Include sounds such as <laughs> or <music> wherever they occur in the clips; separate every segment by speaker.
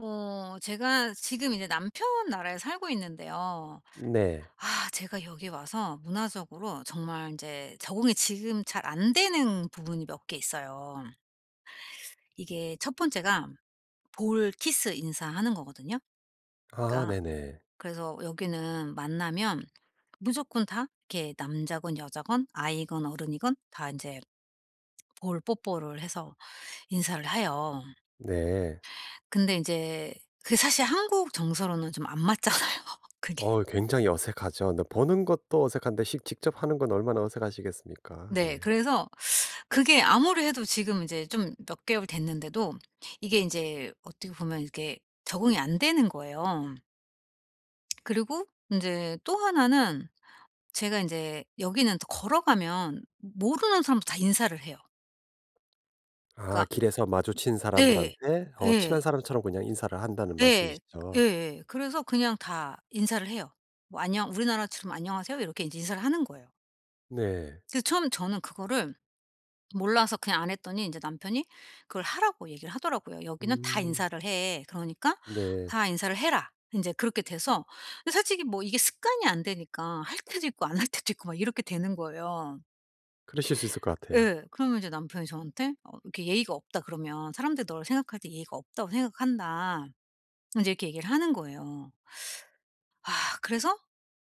Speaker 1: 제가 지금 이제 남편 나라에 살고 있는데요.
Speaker 2: 네.
Speaker 1: 아 제가 여기 와서 문화적으로 정말 이제 적응이 지금 잘 안 되는 부분이 몇 개 있어요. 이게 첫 번째가 볼 키스 인사하는 거거든요.
Speaker 2: 아
Speaker 1: 그러니까
Speaker 2: 네네.
Speaker 1: 그래서 여기는 만나면 무조건 다 이렇게 남자건 여자건 아이건 어른이건 다 이제 볼 뽀뽀를 해서 인사를 해요.
Speaker 2: 네.
Speaker 1: 근데 이제 그게 사실 한국 정서로는 좀 안 맞잖아요 <laughs> 그게.
Speaker 2: 굉장히 어색하죠. 근데 보는 것도 어색한데 식 직접 하는 건 얼마나 어색하시겠습니까. 네.
Speaker 1: 네. 그래서 그게 아무리 해도 지금 이제 좀 몇 개월 됐는데도 이게 인제 어떻게 보면 이게 적응이 안 되는 거예요. 그리고 인제 또 하나는 제가 인제 여기는 또 걸어가면 모르는 사람도 다 인사를 해요.
Speaker 2: 아
Speaker 1: 그러니까
Speaker 2: 길에서 마주친
Speaker 1: 네.
Speaker 2: 사람들한테
Speaker 1: 예.
Speaker 2: 친한 사람처럼 그냥 인사를 한다는
Speaker 1: 예.
Speaker 2: 말씀이시죠?
Speaker 1: 예예. 그래서 그냥 다 인사를 해요. 뭐 "안녕." 우리나라처럼 "안녕하세요." 이렇게 인제 인사를 하는 거예요.
Speaker 2: 네.
Speaker 1: 그래서 처음 저는 그거를 몰라서 그냥 안 했더니 이제 남편이 그걸 하라고 얘기를 하더라고요. "여기는 다
Speaker 2: 음
Speaker 1: 인사를 해. 그러니까
Speaker 2: 네.
Speaker 1: 다 인사를 해라." 인제 그렇게 돼서 근데 솔직히 뭐 이게 습관이 안 되니까 할 때도 있고 안 할 때도 있고 막 이렇게 되는 거예요.
Speaker 2: 그러실 수 있을 것 같아요.
Speaker 1: 예. 그러면 이제 남편이 저한테 "이렇게 예의가 없다 그러면 사람들이 너를 생각할 때 예의가 없다고 생각한다." 인제 이렇게 얘기를 하는 거예요. 아 그래서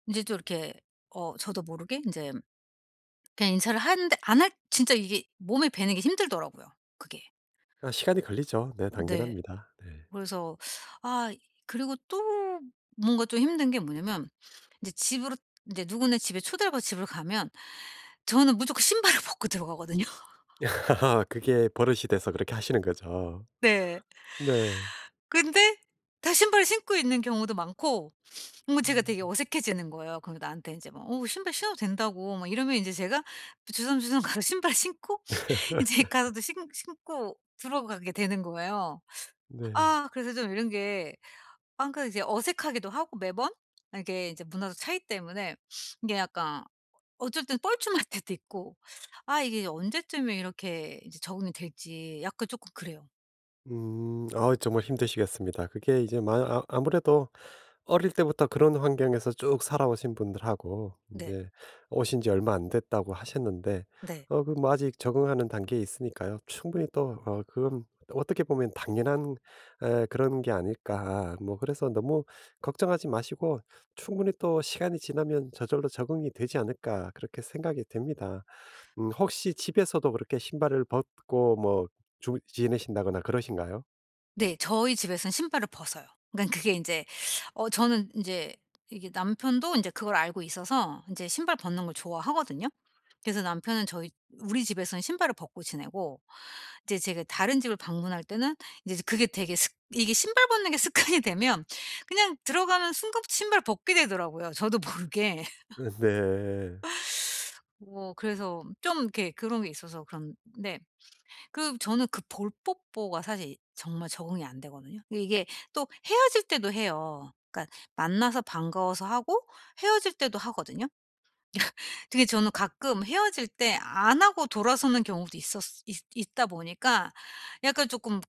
Speaker 1: 인제 또 이렇게 어 저도 모르게 인제 그냥 인사를 하는데 안 할 진짜 이게 몸에 배는 게 힘들더라고요 그게.
Speaker 2: 아 시간이 걸리죠. 네
Speaker 1: 네.
Speaker 2: 당연합니다. 네.
Speaker 1: 그래서 아 그리고 또 뭔가 좀 힘든 게 뭐냐면 이제 집으로 이제 누구네 집에 초대를 받아 집을 가면 저는 무조건 신발을 벗고 들어가거든요. <laughs>
Speaker 2: <laughs> 그게 버릇이 돼서 그렇게 하시는 거죠.
Speaker 1: 네.
Speaker 2: 네.
Speaker 1: 근데 다 신발을 신고 있는 경우도 많고 뭔가 제가
Speaker 2: 음.
Speaker 1: 되게 어색해지는 거예요. 그럼 나한테 이제 막 신발 신어도 된다."고 막 이러면 이제 제가 주섬주섬 가서 신발 신고 <laughs> 이제
Speaker 2: <laughs>
Speaker 1: 가서도 신 신고 들어가게 되는 거예요.
Speaker 2: 네.
Speaker 1: 아 그래서 좀 이런 게 아 그 이제 어색하기도 하고 매번 아 이게 이제 문화적 차이 때문에 이게 약간 어쩔 땐 뻘쭘할 <laughs> 때도 있고 아 이게 언제쯤에 이렇게 이제 적응이 될지 약간 조금 그래요.
Speaker 2: 음. 아 정말 힘드시겠습니다. 그게 이제 마 아 아무래도 어릴 때부터 그런 환경에서 쭉 살아오신 분들하고 이
Speaker 1: 네.
Speaker 2: 제 오신 지 얼마 안 됐다고 하셨는데
Speaker 1: 네.
Speaker 2: 그 뭐 아직 적응하는 단계에 있으니까요. 충분히 또 그건 어떻게 보면 당연한 그런 게 아닐까. 뭐 그래서 너무 걱정하지 마시고 충분히 또 시간이 지나면 저절로 적응이 되지 않을까 그렇게 생각이 됩니다. 혹시 집에서도 그렇게 신발을 벗고 뭐 주 지내신다거나 그러신가요?
Speaker 1: 네. 저희 집에서는 신발을 벗어요. 그러니까 그게 인제 어 저는 인제 이게 남편도 인제 그걸 알고 있어서 인제 신발 벗는 걸 좋아하거든요. 그래서 남편은 저희 우리 집에서는 신발을 벗고 지내고 이제 제가 다른 집을 방문할 때는 이제 그게 되게 습 이게 신발 벗는 게 <laughs> 습관이 되면 그냥 들어가는 순간 신발 벗게 되더라고요, 저도 모르게.
Speaker 2: <laughs> 네.
Speaker 1: 뭐 그래서 좀 이렇게 그런 게 있어서 그런데 그 저는 그 볼뽀뽀가 사실 정말 적응이 안 되거든요. 그 이게 또 헤어질 때도 해요. 그러니까 만나서 반가워서 하고 헤어질 때도 하거든요. <laughs> 되게 저는 가끔 헤어질 때 안 하고 돌아서는 경우도 있었 있 있다 보니까 약간 조금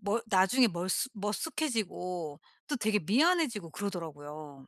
Speaker 1: 멀 나중에 멀쑥 머쓱해지고 또 되게 미안해지고 그러더라고요.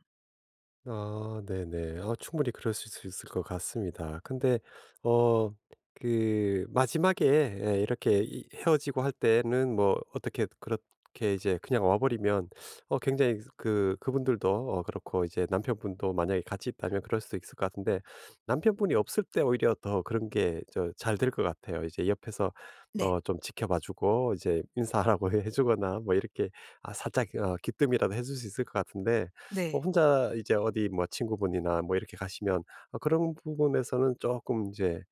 Speaker 2: 아 네네. 아 충분히 그럴 수 있을 것 같습니다. 근데 어 그 마지막에 예 이렇게 이 헤어지고 할 때는 뭐 어떻게 그렇게 이제 그냥 와 버리면 굉장히 그분들도 그렇고 이제 남편분도 만약에 같이 있다면 그럴 수도 있을 것 같은데 남편분이 없을 때 오히려 더 그런 게 잘 될 것 같아요. 이제 옆에서
Speaker 1: 네.
Speaker 2: 좀 지켜봐 주고 이제 인사하라고 <laughs> 해 주거나 뭐 이렇게 아 살짝 귀뜸이라도 해줄 수 있을 것 같은데 뭐
Speaker 1: 네.
Speaker 2: 혼자 이제 어디 뭐 친구분이나 뭐 이렇게 가시면 아 그런 부분에서는 조금 이제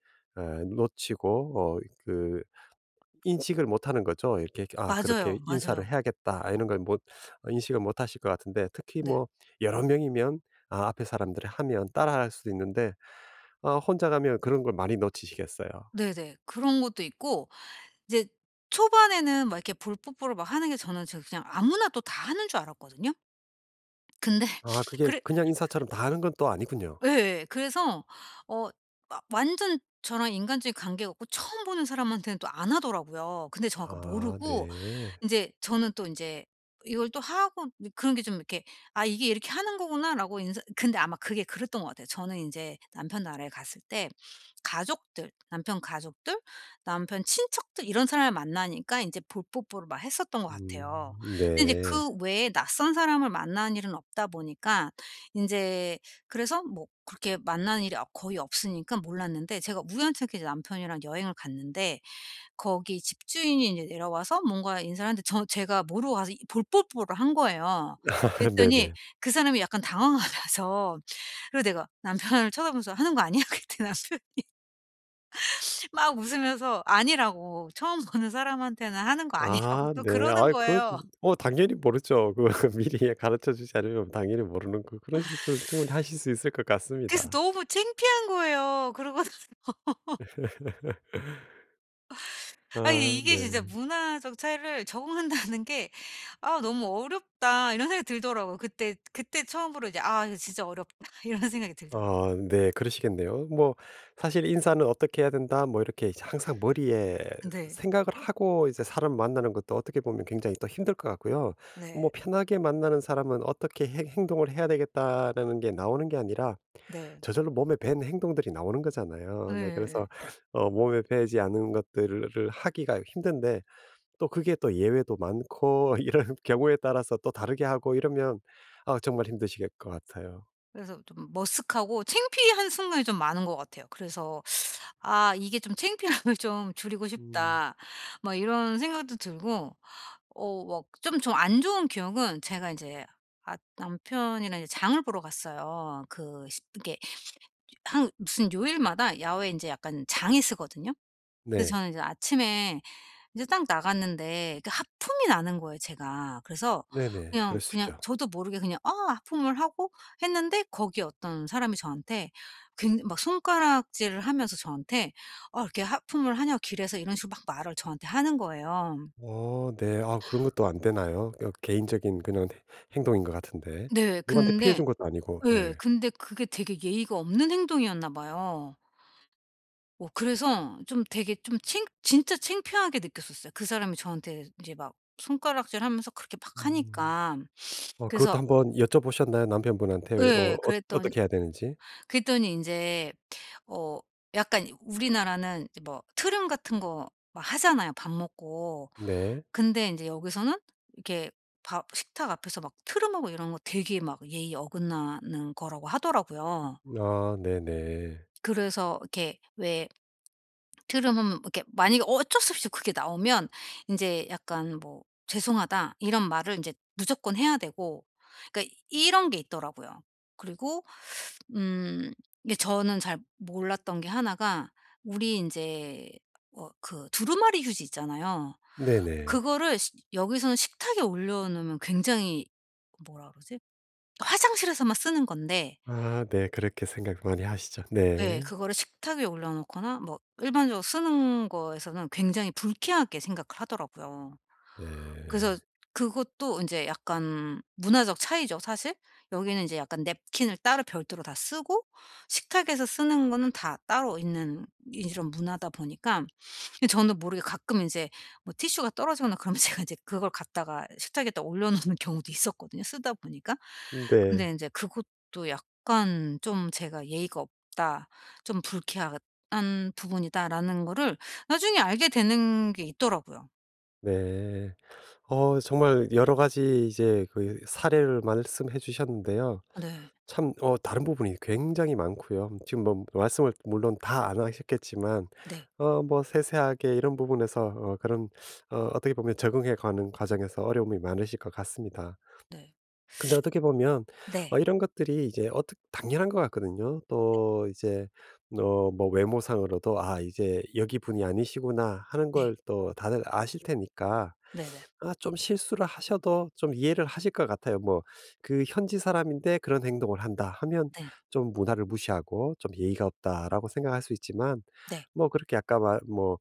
Speaker 2: 놓치고 그 인식을 못하는 거죠. 이렇게 아
Speaker 1: 맞아요,
Speaker 2: 그렇게 '인사를
Speaker 1: 맞아요.
Speaker 2: 해야겠다.' 아 이런 걸 못 어 인식을 못 하실 것 같은데 특히
Speaker 1: 네.
Speaker 2: 뭐 여러 명이면 아 앞에 사람들이 하면 따라할 수도 있는데 아 혼자 가면 그런 걸 많이 놓치시겠어요.
Speaker 1: 네네. 그런 것도 있고 이제 초반에는 막 이렇게 볼뽀뽀를 막 하는 게 저는 그냥 아무나 또 다 하는 줄 알았거든요. 근데
Speaker 2: 아
Speaker 1: <laughs>
Speaker 2: 그게
Speaker 1: 그래
Speaker 2: 그냥 인사처럼 다 하는 건 또 아니군요.
Speaker 1: 예. 예, 예. 그래서 어 막 완전 저랑 인간적인 관계가 없고 처음 보는 사람한테는 또 안 하더라고요. 근데 저 아까
Speaker 2: 아
Speaker 1: 모르고
Speaker 2: 네.
Speaker 1: 인제 저는 또 인제 이걸 또 하고 뭐 그런 게 좀 이렇게 '아 이게 이렇게 하는 거구나.'라고 인제 근데 아마 그게 그랬던 것 같아요. 저는 인제 남편 나라에 갔을 때 가족들, 남편 가족들, 남편 친척들 이런 사람을 만나니까 인제 볼뽀뽀를 막 했었던 것
Speaker 2: 음
Speaker 1: 같아요. 근데 인제
Speaker 2: 네.
Speaker 1: 그 외에 낯선 사람을 만나는 일은 없다 보니까 인제 그래서 뭐 그렇게 만나는 일이 아 거의 없으니까 몰랐는데 제가 우연찮게 이제 남편이랑 여행을 갔는데 거기 집주인이 이제 내려와서 뭔가 인사를 하는데 제가 모르고 가서 이 볼뽀뽀를 한 거예요.
Speaker 2: <laughs>
Speaker 1: 그랬더니
Speaker 2: 네네.
Speaker 1: 그 사람이 약간 당황하면서 <laughs> 그리고 내가 남편을 쳐다보면서 "하는 거 아니야?" <laughs> 그랬더니 남편이 막 웃으면서 아니라고 처음 보는 사람한테는 하는 거 아니라고
Speaker 2: 아
Speaker 1: 또
Speaker 2: 네.
Speaker 1: 그러는
Speaker 2: 아이 그
Speaker 1: 거예요.
Speaker 2: 어 당연히 모르죠. 그 <laughs> 미리 가르쳐 주지 않으면 당연히 모르는 거 그런 실수는 충분히 하실 수 있을 것
Speaker 1: 그래서
Speaker 2: 같습니다.
Speaker 1: 너무 창피한 거예요. 그러고 나서 <laughs> 아니
Speaker 2: 아
Speaker 1: 이게 진짜
Speaker 2: 네.
Speaker 1: '문화적 차이를 적응한다는 게 아 너무 어렵다.' 이런 생각이 들더라고요. 그때 처음으로 이제 '아 이거 진짜 어렵다.' <laughs> 이런 생각이 들더라고요.
Speaker 2: 어, 네. 그러시겠네요. 뭐 사실 '인사는 어떻게 해야 된다.' 뭐 이렇게 이제 항상 머리에
Speaker 1: 네.
Speaker 2: 생각을 하고 이제 사람 만나는 것도 어떻게 보면 굉장히 또 힘들 것 같고요. 뭐
Speaker 1: 네.
Speaker 2: 편하게 만나는 사람은 '어떻게 행 행동을 해야 되겠다.'라는 게 나오는 게 아니라
Speaker 1: 네.
Speaker 2: 저절로 몸에 밴 행동들이 나오는 거잖아요. 네
Speaker 1: 예
Speaker 2: 그래서 몸에 배지 않은 것들을 하기가 힘든데 또 그게 또 예외도 많고 <laughs> 이런 경우에 따라서 또 다르게 하고 이러면 아 정말 힘드실 것 같아요.
Speaker 1: 그래서 좀 머쓱하고 창피한 순간이 좀 많은 것 같아요. 그래서 '아 이게 좀 창피함을 <laughs> 좀 줄이고
Speaker 2: 음.
Speaker 1: 싶다.' 막 이런 생각도 들고 어 막 좀 안 좋은 기억은 제가 인제 아 남편이랑 이제 장을 보러 갔어요. 그 십 이게 한 무슨 요일마다 야외에 인제 약간 장이 서거든요. 그래서
Speaker 2: 네.
Speaker 1: 저는 이제 아침에 이제 딱 나갔는데 그 하품이 나는 거예요 제가. 그래서
Speaker 2: 네네.
Speaker 1: 그냥
Speaker 2: 그럴 수
Speaker 1: 그냥
Speaker 2: 있죠.
Speaker 1: 저도 모르게 그냥 아 하품을 하고 했는데 거기 어떤 사람이 저한테 굉 막 손가락질을 하면서 저한테 "아 이렇게 하품을 하냐 길에서." 이런 식으로 막 말을 저한테 하는 거예요.
Speaker 2: 어 네. 아 그런 것도 안 되나요? 개인적인 그냥 행동인 것 같은데.
Speaker 1: 네.
Speaker 2: 누구한테 피해
Speaker 1: 근데
Speaker 2: 준 것도 아니고.
Speaker 1: 예.
Speaker 2: 네.
Speaker 1: 근데 그게 되게 예의가 없는 행동이었나 봐요. 어 그래서 좀 되게 좀 창 진짜 창피하게 느꼈었어요. 그 사람이 저한테 이제 막 손가락질하면서 그렇게 막
Speaker 2: 음.
Speaker 1: 하니까. 그래서
Speaker 2: 그것도 한번 여쭤보셨나요? 남편분한테
Speaker 1: 예.
Speaker 2: 어떻게 해야 되는지?
Speaker 1: 그랬더니 인제 어 약간 우리나라는 이제 뭐 트름 같은 거 막 하잖아요 밥 먹고.
Speaker 2: 네.
Speaker 1: 근데 인제 여기서는 이렇게 밥 식탁 앞에서 막 트름하고 이런 거 되게 막 예의 어긋나는 거라고 하더라고요.
Speaker 2: 아 네네.
Speaker 1: 그래서 이렇게 왜 트름하면 이렇게 만약에 어쩔 수 없이 그게 나오면 인제 약간 뭐 "죄송하다." 이런 말을 인제 무조건 해야 되고 그러니까 이런 게 있더라고요. 그리고 음. 이게 저는 잘 몰랐던 게 하나가 우리 이제 어 그 두루마리 휴지 있잖아요.
Speaker 2: 네네.
Speaker 1: 그거를 시 여기서는 식탁에 올려 놓으면 굉장히 뭐라 그러지? 화장실에서만 쓰는 건데
Speaker 2: 아 네. 그렇게 생각 많이 하시죠.
Speaker 1: 예
Speaker 2: 네.
Speaker 1: 그거를 식탁 위에 올려 놓거나 뭐 일반적으로 쓰는 거에서는 굉장히 불쾌하게 생각을 하더라고요. 그래서
Speaker 2: 네.
Speaker 1: 그것도 인제 약간 문화적 차이죠 사실. 여기는 인제 약간 냅킨을 따로 별도로 다 쓰고 식탁에서 쓰는 거는 다 따로 있는 이런 문화다 보니까 이 저는 모르게 가끔 인제 뭐 티슈가 떨어지거나 그러면 <laughs> 제가 이제 그걸 갖다가 식탁에다 올려 놓는 경우도 있었거든요 쓰다 보니까.
Speaker 2: 네.
Speaker 1: 근데 인제 그것도 약간 좀 제가 '예의가 없다. 좀 불쾌한 부분이다.'라는 거를 나중에 알게 되는 게 있더라고요.
Speaker 2: 네. 정말 여러 가지 이제 그 사례를 말씀해 주셨는데요.
Speaker 1: 네.
Speaker 2: 참 다른 부분이 굉장히 많고요. 지금 뭐 말씀을 물론 다 안 하셨겠지만
Speaker 1: 네.
Speaker 2: 뭐 세세하게 이런 부분에서 그런 어떻게 보면 적응해 가는 과정에서 어려움이 많으실 것 같습니다.
Speaker 1: 네.
Speaker 2: 근데 어떻게 보면
Speaker 1: 네.
Speaker 2: 이런 것들이 이제 어떻 당연한 것 같거든요. 또 이제 뭐 외모상으로도 '아 이제 여기 분이 아니시구나.' 하는
Speaker 1: 네.
Speaker 2: 걸 또 다들 아실 테니까
Speaker 1: 네네.
Speaker 2: 아 좀 실수를 하셔도 좀 이해를 하실 것 같아요. 뭐 그 현지 사람인데 그런 행동을 한다 하면
Speaker 1: 네.
Speaker 2: 좀 문화를 무시하고 좀 '예의가 없다.'라고 생각할 수 있지만
Speaker 1: 네.
Speaker 2: 뭐 그렇게 아까 말뭐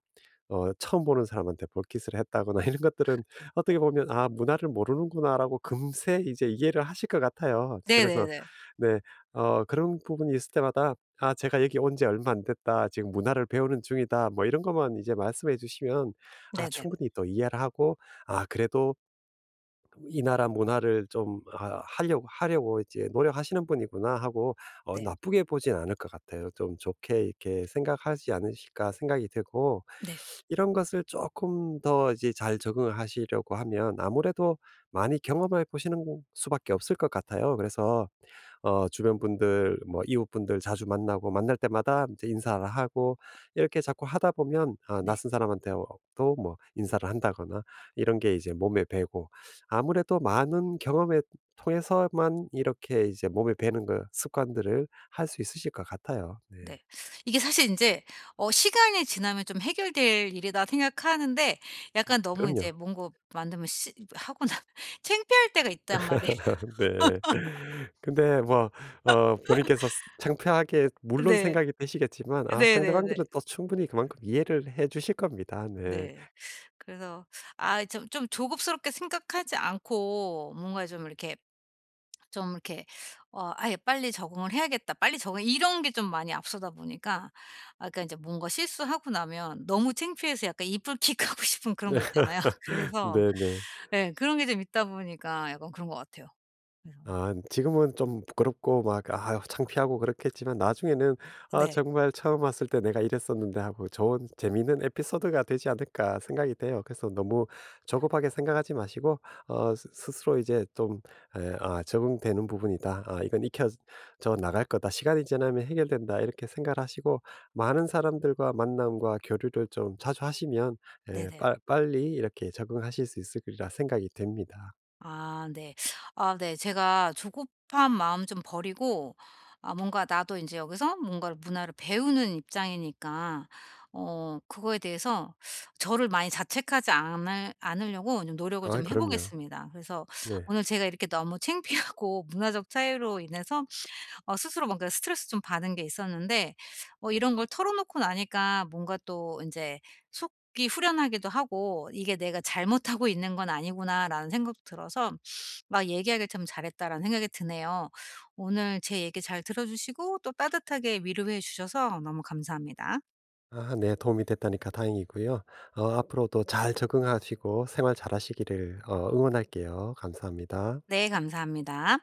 Speaker 2: 처음 보는 사람한테 볼킷을 했다거나 <laughs> 이런 것들은 어떻게 보면 '아 문화를 모르는구나.'라고 금세 이제 이해를 하실 것 같아요. 그래서
Speaker 1: 네네네.
Speaker 2: 네 그런 부분이 있을 때마다 "아 제가 여기 온지 얼마 안 됐다. 지금 문화를 배우는 중이다." 뭐 이런 것만 이제 말씀해 주시면 아
Speaker 1: 네네.
Speaker 2: 충분히 또 이해를 하고 '아 그래도 이 나라 문화를 좀 하려고 이제 '노력하시는 분이구나.' 하고
Speaker 1: 네.
Speaker 2: 나쁘게 보진 않을 것 같아요. 좀 좋게 이렇게 생각하지 않으실까 생각이 들고
Speaker 1: 네.
Speaker 2: 이런 것을 조금 더 이제 잘 적응 하시려고 하면 아무래도 많이 경험해 보시는 수밖에 없을 것 같아요. 그래서 주변 분들 뭐 이웃분들 자주 만나고 만날 때마다 인제 인사를 하고 이렇게 자꾸 하다 보면 아
Speaker 1: 네.
Speaker 2: 낯선 사람한테 도 뭐 인사를 한다거나 이런 게 이제 몸에 배고 아무래도 많은 경험에 통해서만 이렇게 이제 몸에 배는 그 습관들을 할 수 있으실 것 같아요. 네.
Speaker 1: 네. 이게 사실 인제 어 '시간이 지나면 좀 해결될 일이다.' 생각하는데 약간 너무 인제
Speaker 2: 그럼요.
Speaker 1: 뭔가 만들면 시 하고 나면 <laughs> 창피할 때가 있단 말이에요. <laughs>
Speaker 2: <laughs> 네. 근데 뭐 본인께서 창피하게 물론
Speaker 1: 네.
Speaker 2: 생각이 드시겠지만 아
Speaker 1: 네네네.
Speaker 2: 상대방들은 또 충분히 그만큼 이해를 해 주실 겁니다. 네.
Speaker 1: 네. 그래서 아 좀 조급스럽게 생각하지 않고 뭔가 좀 이렇게 좀 이렇게 어 '아예 빨리 적응을 해야겠다. 빨리 적응.' 이런 게 좀 많이 앞서다 보니까 아까 이제 뭔가 실수하고 나면 너무 창피해서 약간 이불킥 하고 <laughs> 싶은 그런 거 있잖아요. <laughs>
Speaker 2: <laughs>
Speaker 1: 그래서
Speaker 2: 네네.
Speaker 1: 예 그런 게 좀 있다 보니까 약간 그런 것 같아요. 그래서
Speaker 2: 아 지금은 좀 부끄럽고 막 아 창피하고 그렇겠지만 나중에는 '아
Speaker 1: 네.
Speaker 2: 정말 처음 왔을 때 내가 이랬었는데.' 하고 좋은 재미있는 에피소드가 되지 않을까 생각이 돼요. 그래서 너무 조급하게 생각하지 마시고 어 스 스스로 이제 좀 '아 적응되는 부분이다. 아 이건 익혀져 나갈 거다. 시간이 지나면 해결된다.' 이렇게 생각을 하시고 많은 사람들과 만남과 교류를 좀 자주 하시면 예
Speaker 1: 네네.
Speaker 2: 빨 빨리 이렇게 적응하실 수 있을 거리라 생각이 됩니다.
Speaker 1: 아 네. 아 네. 제가 조급한 마음 좀 버리고 아 뭔가 나도 이제 여기서 뭔가를 문화를 배우는 입장이니까 어 그거에 대해서 저를 많이 자책하지 않을 않으려고 좀 노력을
Speaker 2: 아
Speaker 1: 좀 해
Speaker 2: 그럼요.
Speaker 1: 보겠습니다. 그래서
Speaker 2: 네.
Speaker 1: 오늘 제가 이렇게 너무 <laughs> 창피하고 문화적 차이로 인해서 어 스스로 뭔가 스트레스 좀 받은 게 있었는데 어 이런 걸 털어놓고 나니까 뭔가 또 이제 속이 후련하기도 하고 '이게 내가 잘못하고 있는 건 아니구나.'라는 생각도 들어서 '막 얘기하길 참 잘했다.'라는 생각이 드네요. 오늘 제 얘기 잘 들어 주시고 또 따뜻하게 위로해 주셔서 너무 감사합니다.
Speaker 2: 아 네. 도움이 됐다니까 다행이고요. 앞으로도 잘 적응하시고 생활 잘하시기를 응원할게요. 감사합니다.
Speaker 1: 네 감사합니다.